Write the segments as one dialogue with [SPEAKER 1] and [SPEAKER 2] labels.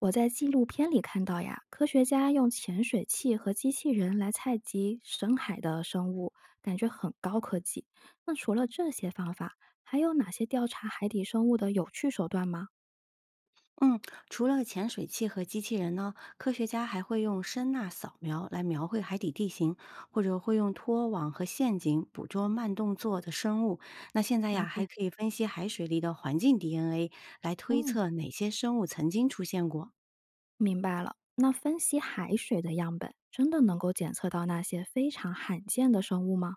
[SPEAKER 1] 我在纪录片里看到呀，科学家用潜水器和机器人来采集深海的生物，感觉很高科技。那除了这些方法，还有哪些调查海底生物的有趣手段吗？
[SPEAKER 2] 嗯，除了潜水器和机器人呢，科学家还会用声呐扫描来描绘海底地形，或者会用拖网和陷阱捕捉慢动作的生物。那现在
[SPEAKER 1] 了
[SPEAKER 2] 呀，还
[SPEAKER 1] 解，
[SPEAKER 2] 可以分析海水里的环境 DNA，来推
[SPEAKER 1] 嗯，
[SPEAKER 2] 测哪些生物曾经出现过。
[SPEAKER 1] 明白了，那分析海水的样本，真的能够检测到那些非常罕见的生物吗？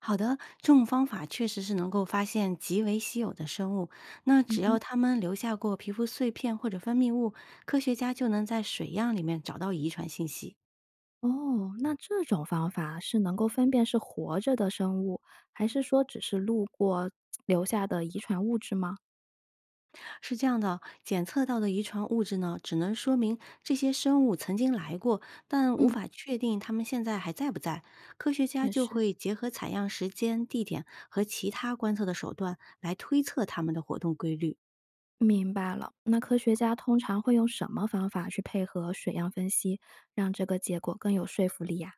[SPEAKER 2] 好的，这种方法确实是能够发现极为稀有的生物。那
[SPEAKER 1] 嗯
[SPEAKER 2] 只
[SPEAKER 1] 哼，
[SPEAKER 2] 要它们留下过皮肤碎片或者分泌物，科学家就能在水样里面找到遗传信息。
[SPEAKER 1] 哦，那这种方法是能够分辨是活着的生物，还是说只是路过留下的遗传物质吗？
[SPEAKER 2] 是这样的，检测到的遗传物质呢，只能说明这些生物曾经来过，但无
[SPEAKER 1] 嗯，
[SPEAKER 2] 法确定它们现在还在不在。科学家
[SPEAKER 1] 确
[SPEAKER 2] 就
[SPEAKER 1] 实。
[SPEAKER 2] 会结合采样时间、地点和其他观测的手段来推测它们的活动规律。
[SPEAKER 1] 明白了，那科学家通常会用什么方法去配合水样分析，让这个结果更有说服力呀、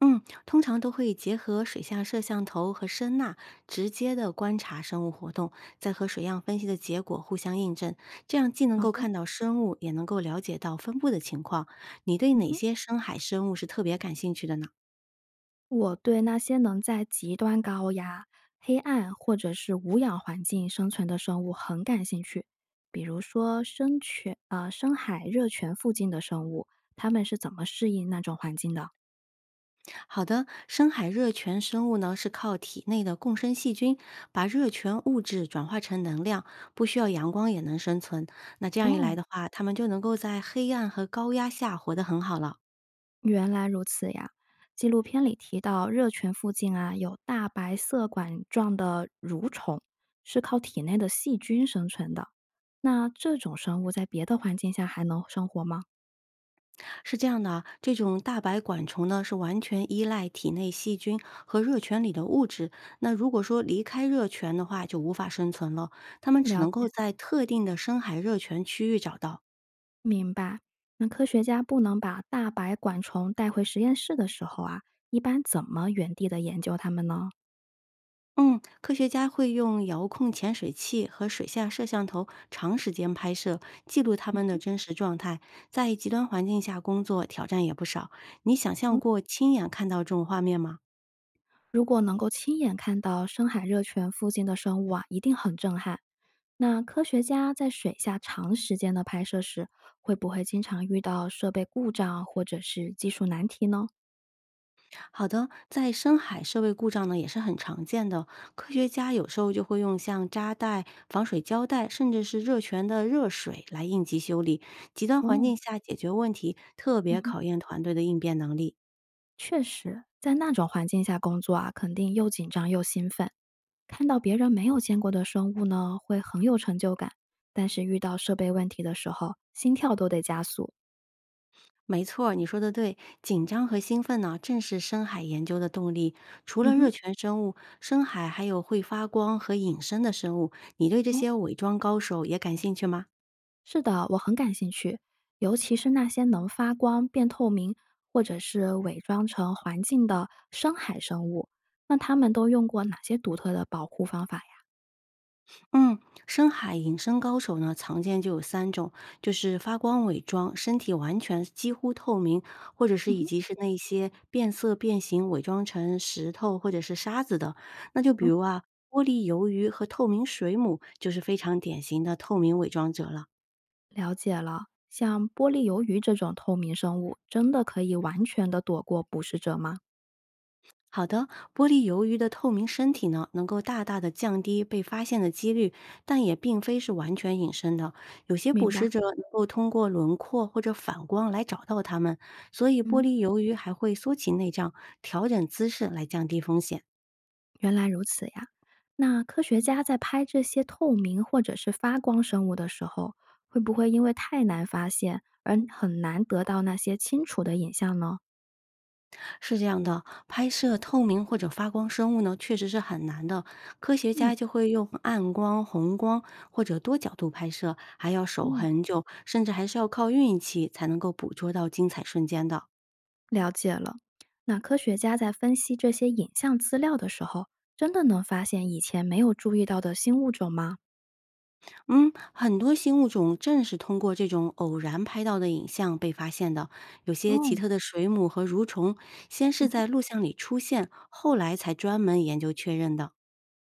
[SPEAKER 2] 嗯，通常都会结合水下摄像头和声呐，直接的观察生物活动，再和水样分析的结果互相印证。这样既能
[SPEAKER 1] 好
[SPEAKER 2] 够
[SPEAKER 1] 的，
[SPEAKER 2] 看到生物，也能够了解到分布的情况。你对
[SPEAKER 1] 嗯
[SPEAKER 2] 哪
[SPEAKER 1] 哼，
[SPEAKER 2] 些深海生物是特别感兴趣的呢？
[SPEAKER 1] 我对那些能在极端高压、黑暗或者是无氧环境生存的生物很感兴趣，比如说深泉啊、深海热泉附近的生物，它们是怎么适应那种环境的？
[SPEAKER 2] 好的，深海热泉生物呢是靠体内的共生细菌把热泉物质转化成能量，不需要阳光也能生存。那这样一
[SPEAKER 1] 哦。
[SPEAKER 2] 来的话，它们就能够在黑暗和高压下活得很好了。
[SPEAKER 1] 原来如此呀！纪录片里提到，热泉附近啊有大白色管状的蠕虫，是靠体内的细菌生存的。那这种生物在别的环境下还能生活吗？
[SPEAKER 2] 是这样的啊，这种大白管虫呢是完全依赖体内细菌和热泉里的物质。那如果说离开热泉的话，就无法生存了，它们只
[SPEAKER 1] 了
[SPEAKER 2] 能够
[SPEAKER 1] 解，
[SPEAKER 2] 在特定的深海热泉区域找到。
[SPEAKER 1] 明白。那科学家不能把大白管虫带回实验室的时候啊，一般怎么原地的研究它们呢？
[SPEAKER 2] 嗯，科学家会用遥控潜水器和水下摄像头长时间拍摄，记录他们的真实状态。在极端环境下工作，挑战也不少。你想象
[SPEAKER 1] 嗯，
[SPEAKER 2] 过亲眼看到这种画面吗？
[SPEAKER 1] 如果能够亲眼看到深海热泉附近的生物啊，一定很震撼。那科学家在水下长时间的拍摄时，会不会经常遇到设备故障或者是技术难题呢？
[SPEAKER 2] 好的，在深海设备故障呢也是很常见的。科学家有时候就会用像扎带、防水胶带，甚至是热泉的热水来应急修理。极端环
[SPEAKER 1] 哦，
[SPEAKER 2] 境下解决问题，特
[SPEAKER 1] 嗯
[SPEAKER 2] 别
[SPEAKER 1] 哼，
[SPEAKER 2] 考验团队的应变能力。
[SPEAKER 1] 确实，在那种环境下工作啊，肯定又紧张又兴奋。看到别人没有见过的生物呢，会很有成就感。但是遇到设备问题的时候，心跳都得加速。
[SPEAKER 2] 没错儿你说的对，紧张和兴奋呢，正是深海研究的动力。除
[SPEAKER 1] 嗯
[SPEAKER 2] 了热
[SPEAKER 1] 哼，
[SPEAKER 2] 泉生物，深海还有会发光和隐身的生物。你对这
[SPEAKER 1] 哦。
[SPEAKER 2] 些伪装高手也感兴趣吗？
[SPEAKER 1] 是的，我很感兴趣，尤其是那些能发光、变透明，或者是伪装成环境的深海生物。那他们都用过哪些独特的保护方法呀？
[SPEAKER 2] 嗯，深海隐身高手呢，常见就有3种，就是发光伪装，身体完全几乎透明，或者是
[SPEAKER 1] 嗯
[SPEAKER 2] 以
[SPEAKER 1] 哼，
[SPEAKER 2] 及是那些变色变形伪装成石头或者是沙子的。那就比
[SPEAKER 1] 哦，
[SPEAKER 2] 如啊，玻璃鱿鱼和透明水母就是非常典型的透明伪装者了。
[SPEAKER 1] 了解了。像玻璃鱿鱼这种透明生物，真的可以完全的躲过捕食者吗？
[SPEAKER 2] 好的，玻璃鱿鱼的透明身体呢，能够大大的降低被发现的几率，但也并非是完全隐身的。有些捕
[SPEAKER 1] 明白，
[SPEAKER 2] 食者能够通过轮廓或者反光来找到它们，所以玻
[SPEAKER 1] 嗯，
[SPEAKER 2] 璃鱿鱼还会缩起内脏，调整姿势来降低风险。
[SPEAKER 1] 原来如此呀。那科学家在拍这些透明或者是发光生物的时候，会不会因为太难发现而很难得到那些清楚的影像呢？
[SPEAKER 2] 是这样的，拍摄透明或者发光生物呢，确实是很难的。科学
[SPEAKER 1] 嗯，
[SPEAKER 2] 家就会用暗光、红光或者多角度拍摄，还要守
[SPEAKER 1] 嗯，
[SPEAKER 2] 很久，甚至还是要靠运气才能够捕捉到精彩瞬间的。
[SPEAKER 1] 了解了。那科学家在分析这些影像资料的时候，真的能发现以前没有注意到的新物种吗？
[SPEAKER 2] 嗯，很多新物种正是通过这种偶然拍到的影像被发现的。有些奇
[SPEAKER 1] 哦，
[SPEAKER 2] 特的水母和蠕虫，先
[SPEAKER 1] 嗯
[SPEAKER 2] 是
[SPEAKER 1] 哼
[SPEAKER 2] 在录像里出现，后来才专门研究确认的。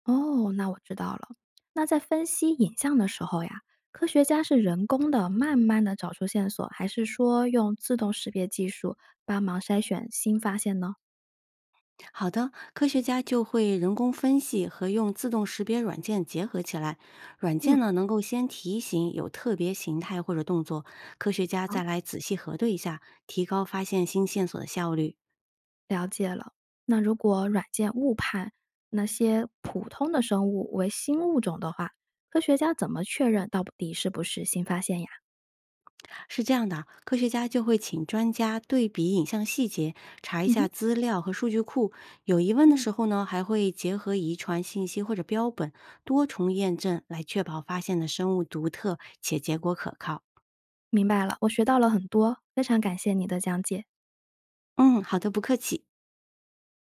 [SPEAKER 1] 哦，那我知道了。那在分析影像的时候呀，科学家是人工的，慢慢的找出线索，还是说用自动识别技术帮忙筛选新发现呢？
[SPEAKER 2] 好的，科学家就会人工分析和用自动识别软件结合起来。软件
[SPEAKER 1] 嗯，
[SPEAKER 2] 呢，能够先提醒有特别形态或者动作，科学家
[SPEAKER 1] 好。
[SPEAKER 2] 再来仔细核对一下，提高发现新线索的效率。
[SPEAKER 1] 了解了。那如果软件误判那些普通的生物为新物种的话，科学家怎么确认到底是不是新发现呀？
[SPEAKER 2] 是这样的，科学家就会请专家对比影像细节，查一
[SPEAKER 1] 嗯
[SPEAKER 2] 下
[SPEAKER 1] 哼，
[SPEAKER 2] 资料和数据库。有疑问的
[SPEAKER 1] 嗯
[SPEAKER 2] 时候呢，还会结合遗传信息或者标本，多重验证来确保发现的生物独特且结果可靠。
[SPEAKER 1] 明白了，我学到了很多，非常感谢你的讲解。
[SPEAKER 2] 嗯，好的，不客气。